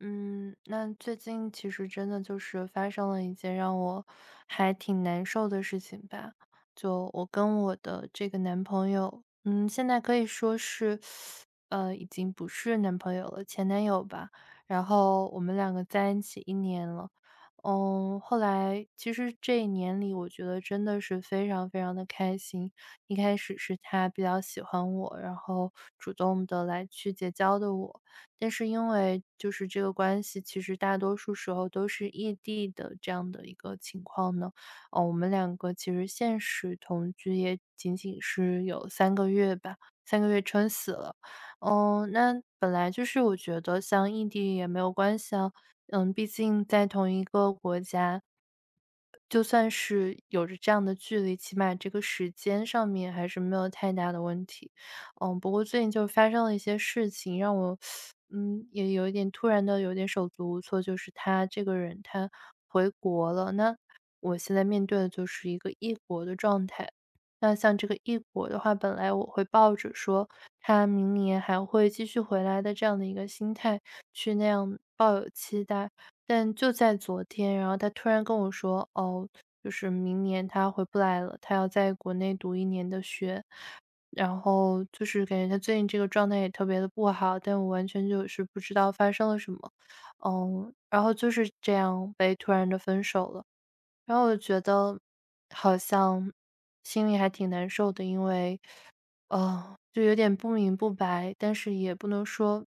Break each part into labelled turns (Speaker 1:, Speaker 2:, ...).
Speaker 1: 嗯，那最近其实真的就是发生了一件让我还挺难受的事情吧。就我跟我的这个男朋友，现在可以说是，已经不是男朋友了，前男友吧。然后我们两个在一起一年了，后来其实这一年里，我觉得真的是非常非常的开心。一开始是他比较喜欢我，然后主动的来去结交的我。但是因为就是这个关系，其实大多数时候都是异地的这样的一个情况呢，哦，我们两个其实现实同居也仅仅是有三个月吧三个月撑死了。那本来就是我觉得像异地也没有关系啊，毕竟在同一个国家，就算是有着这样的距离，起码这个时间上面还是没有太大的问题。不过最近就发生了一些事情，让我，也有一点突然的有点手足无措。就是他这个人他回国了，那我现在面对的就是一个异国的状态。那像这个异国的话，本来我会抱着说他明年还会继续回来的这样的一个心态去那样抱有期待，但就在昨天，然后他突然跟我说，就是明年他回不来了，他要在国内读一年的学，然后就是感觉他最近这个状态也特别的不好，但我完全就是不知道发生了什么，然后就是这样被突然的分手了。然后我觉得好像心里还挺难受的，因为就有点不明不白，但是也不能说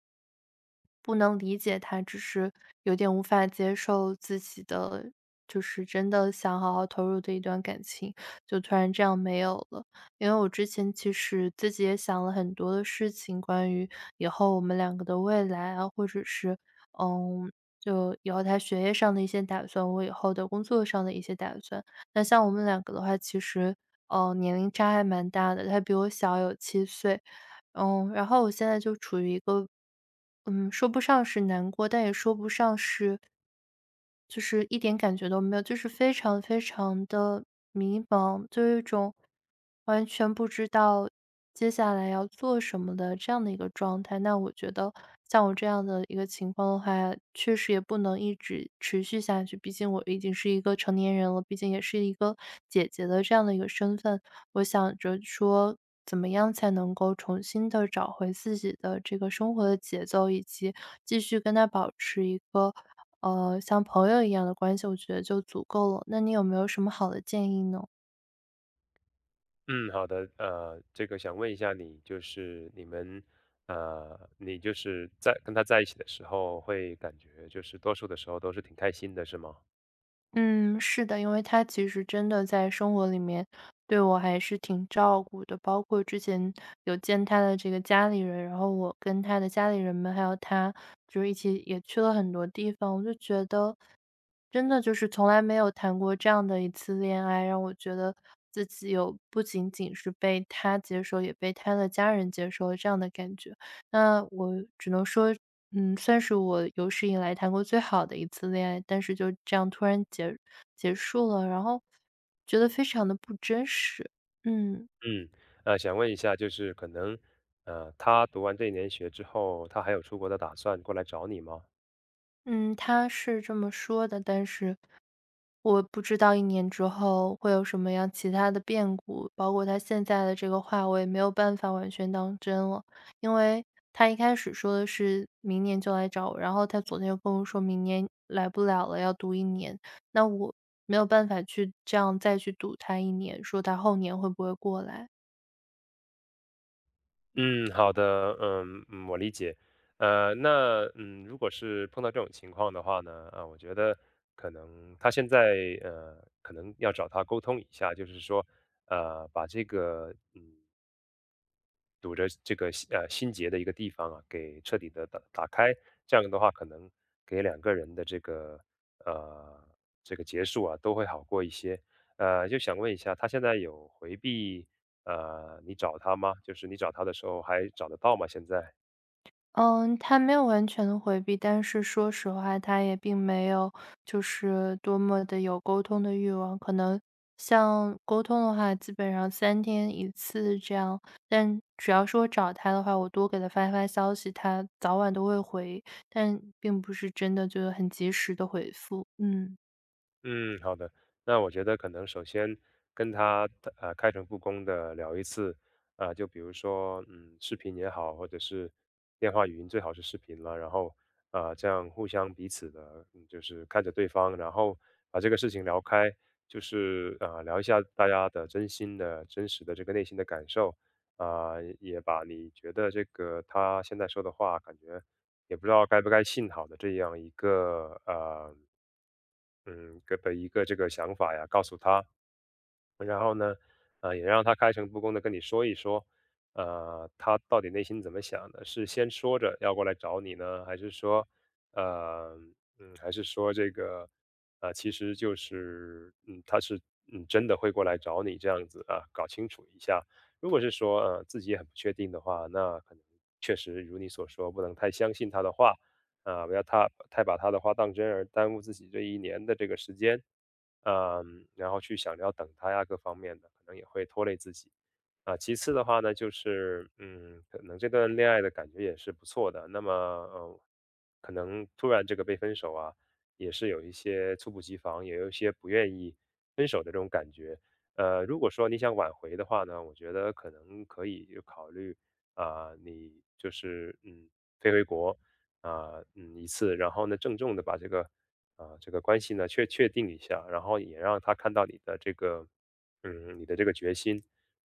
Speaker 1: 不能理解他，只是有点无法接受自己的，就是真的想好好投入的一段感情，就突然这样没有了。因为我之前其实自己也想了很多的事情，关于以后我们两个的未来啊，或者是嗯，就以后他学业上的一些打算，我以后的工作上的一些打算。那像我们两个的话，其实，年龄差还蛮大的，他比我小有7岁。然后我现在就处于一个，说不上是难过，但也说不上是就是一点感觉都没有，就是非常非常的迷茫，就有一种完全不知道接下来要做什么的这样的一个状态。那我觉得像我这样的一个情况的话，确实也不能一直持续下去，毕竟我已经是一个成年人了，毕竟也是一个姐姐的这样的一个身份。我想着说怎么样才能够重新的找回自己的这个生活的节奏，以及继续跟他保持一个，像朋友一样的关系，我觉得就足够了。那你有没有什么好的建议呢？
Speaker 2: 嗯，好的，这个想问一下你，就是你们，你就是在跟他在一起的时候，会感觉就是多数的时候都是挺开心的，是吗？
Speaker 1: 嗯，是的，因为他其实真的在生活里面对我还是挺照顾的，包括之前有见他的这个家里人，然后我跟他的家里人们还有他，就是一起也去了很多地方，我就觉得真的就是从来没有谈过这样的一次恋爱，让我觉得自己有不仅仅是被他接受，也被他的家人接受这样的感觉。那我只能说，算是我有史以来谈过最好的一次恋爱，但是就这样突然结束了，然后觉得非常的不真实。嗯，
Speaker 2: 嗯，想问一下，就是可能，他读完这一年学之后，他还有出国的打算，过来找你吗？
Speaker 1: 嗯，他是这么说的，但是我不知道一年之后会有什么样其他的变故，包括他现在的这个话，我也没有办法完全当真了。因为他一开始说的是明年就来找我，然后他昨天又跟我说明年来不了了，要读一年。那我没有办法去这样再去赌他一年，说他后年会不会过来。
Speaker 2: 嗯，好的，嗯嗯，我理解。如果是碰到这种情况的话呢，啊，我觉得可能他现在可能要找他沟通一下，就是说，把这个堵着这个心结的一个地方啊，给彻底的打开。这样的话，可能给两个人的这个呃这个结束啊，都会好过一些。就想问一下，他现在有回避你找他吗？就是你找他的时候还找得到吗？现在？
Speaker 1: 嗯，他没有完全的回避，但是说实话，他也并没有就是多么的有沟通的欲望。可能像沟通的话，基本上3天一次这样，但只要是我找他的话，我多给他发发消息，他早晚都会回，但并不是真的就是很及时的回复，嗯。
Speaker 2: 嗯，好的。那我觉得可能首先跟他开诚布公的聊一次，啊、就比如说视频也好，或者是电话语音，最好是视频了。然后这样互相彼此的，就是看着对方，然后把这个事情聊开，就是聊一下大家的真心的、真实的这个内心的感受啊、也把你觉得这个他现在说的话，感觉也不知道该不该信好的这样一个呃嗯，个的一个这个想法呀，告诉他，然后呢，也让他开诚布公地跟你说一说，啊，他到底内心怎么想的，是先说着要过来找你呢，还是说，呃，还是说这个，啊，其实就是，他是，嗯，真的会过来找你这样子啊，搞清楚一下。如果是说，自己也很不确定的话，那可能确实如你所说，不能太相信他的话，啊，不要他太把他的话当真，而耽误自己这一年的这个时间。嗯，然后去想着要等他呀，各方面的，可能也会拖累自己。啊，其次的话呢，就是可能这段恋爱的感觉也是不错的。那么，可能突然这个被分手啊，也是有一些猝不及防，也有一些不愿意分手的这种感觉。如果说你想挽回的话呢，我觉得可能可以考虑啊，你就是飞回国啊，一次，然后呢，郑重的把这个啊，这个关系呢确定一下，然后也让他看到你的这个，你的这个决心。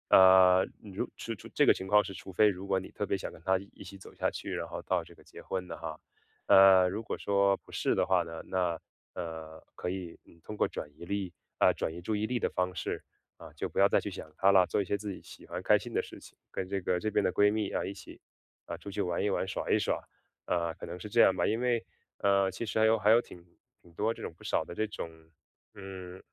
Speaker 2: 呃，如这个情况是，除非如果你特别想跟他一起走下去，然后到这个结婚的哈，如果说不是的话呢，那可以通过转移注意力的方式啊、就不要再去想他了，做一些自己喜欢开心的事情，跟这个这边的闺蜜啊一起啊出去玩一玩耍一耍，啊、可能是这样吧，因为其实还有挺多这种不少的这种，嗯，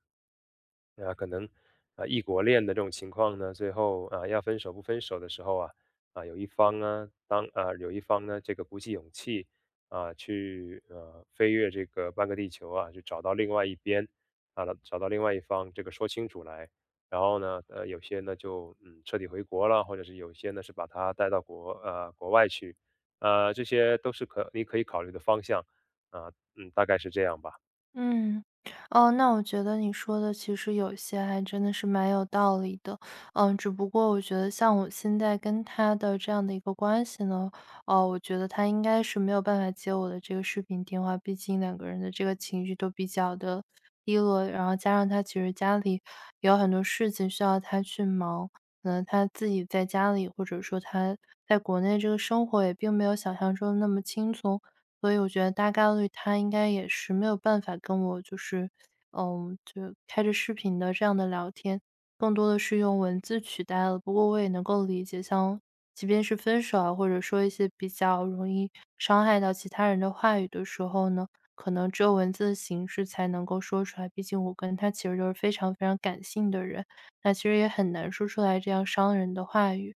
Speaker 2: 可能啊异国恋的这种情况呢，最后啊要分手不分手的时候啊，啊有一方啊当啊有一方呢这个鼓起勇气啊去飞越这个半个地球啊，去找到另外一边啊找到另外一方这个说清楚来，然后呢有些呢就彻底回国了，或者是有些呢是把他带到国外去，这些都是你可以考虑的方向啊，大概是这样吧。
Speaker 1: 嗯，哦，那我觉得你说的其实有些还真的是蛮有道理的，只不过我觉得像我现在跟他的这样的一个关系呢，哦，我觉得他应该是没有办法接我的这个视频电话，毕竟两个人的这个情绪都比较的低落，然后加上他其实家里也有很多事情需要他去忙，可能他自己在家里或者说他在国内这个生活也并没有想象中那么轻松，所以我觉得大概率他应该也是没有办法跟我就是，就开着视频的这样的聊天，更多的是用文字取代了。不过我也能够理解，像即便是分手啊，或者说一些比较容易伤害到其他人的话语的时候呢，可能只有文字的形式才能够说出来。毕竟我跟他其实都是非常非常感性的人，那其实也很难说出来这样伤人的话语。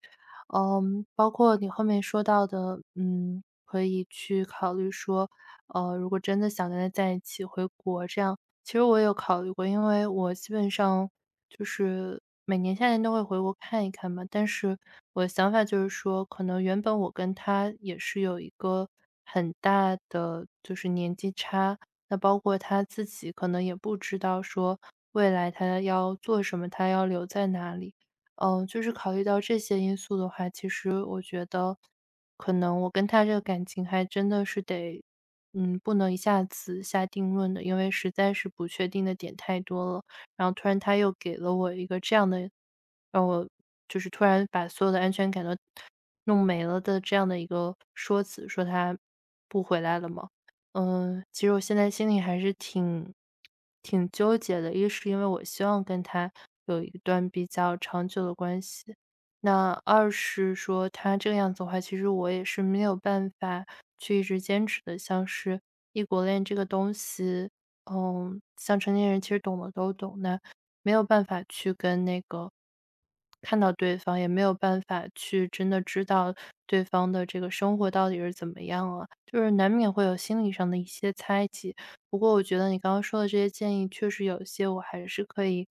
Speaker 1: 包括你后面说到的，可以去考虑说，如果真的想跟他在一起回国这样，其实我有考虑过，因为我基本上就是每年夏天都会回国看一看嘛。但是我的想法就是说，可能原本我跟他也是有一个很大的就是年纪差，那包括他自己可能也不知道说未来他要做什么，他要留在哪里。就是考虑到这些因素的话，其实我觉得，可能我跟他这个感情还真的是得，不能一下子下定论的，因为实在是不确定的点太多了。然后突然他又给了我一个这样的，让我就是突然把所有的安全感都弄没了的这样的一个说辞，说他不回来了嘛。其实我现在心里还是挺纠结的。一是因为我希望跟他有一段比较长久的关系，那二是说他这个样子的话，其实我也是没有办法去一直坚持的。像是异国恋这个东西，像成年人其实懂的都懂，那没有办法去跟那个看到对方，也没有办法去真的知道对方的这个生活到底是怎么样啊。就是难免会有心理上的一些猜忌。不过我觉得你刚刚说的这些建议，确实有些我还是可以，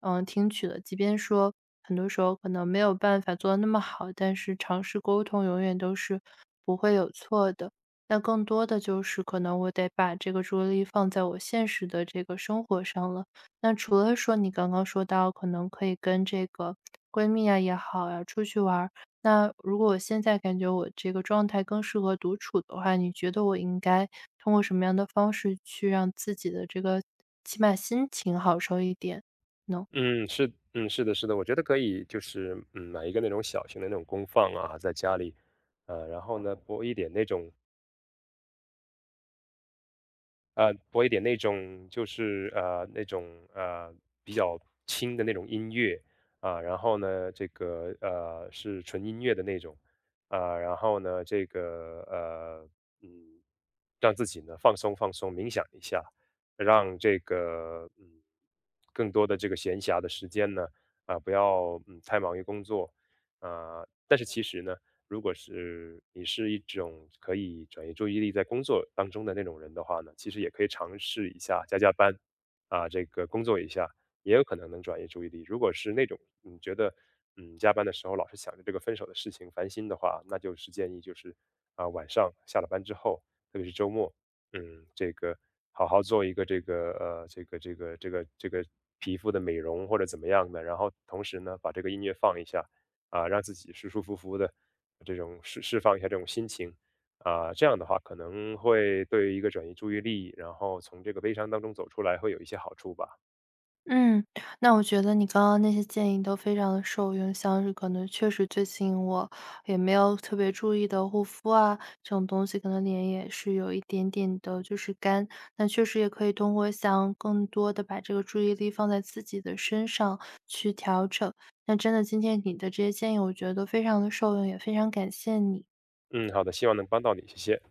Speaker 1: 听取的。即便说很多时候可能没有办法做的那么好，但是尝试沟通永远都是不会有错的。那更多的就是可能我得把这个注意力放在我现实的这个生活上了。那除了说你刚刚说到可能可以跟这个闺蜜啊也好呀，出去玩儿，那如果我现在感觉我这个状态更适合独处的话，你觉得我应该通过什么样的方式去让自己的这个起码心情好受一点呢？
Speaker 2: 嗯，是，嗯，是的，是的，我觉得可以，就是买一个那种小型的那种功放啊，在家里，然后呢，播一点那种就是那种呃比较轻的那种音乐啊，然后呢，这个是纯音乐的那种啊，然后呢，嗯，让自己呢放松放松，冥想一下，让这个更多的这个闲暇的时间呢啊，不要太忙于工作啊，但是其实呢。如果是你是一种可以转移注意力在工作当中的那种人的话呢，其实也可以尝试一下加班，啊，这个工作一下，也有可能能转移注意力。如果是那种你觉得，加班的时候老是想着这个分手的事情烦心的话，那就是建议就是啊，晚上下了班之后，特别是周末，这个好好做一个这个皮肤的美容或者怎么样的，然后同时呢把这个音乐放一下，啊，让自己舒舒服服的这种释放一下这种心情，啊，这样的话可能会对于一个转移注意力，然后从这个悲伤当中走出来会有一些好处吧。
Speaker 1: 嗯，那我觉得你刚刚那些建议都非常的受用，像是可能确实最近我也没有特别注意的护肤啊，这种东西可能脸也是有一点点的就是干，那确实也可以通过像更多的把这个注意力放在自己的身上去调整。那真的今天你的这些建议我觉得都非常的受用，也非常感谢你。
Speaker 2: 嗯，好的，希望能帮到你，谢谢。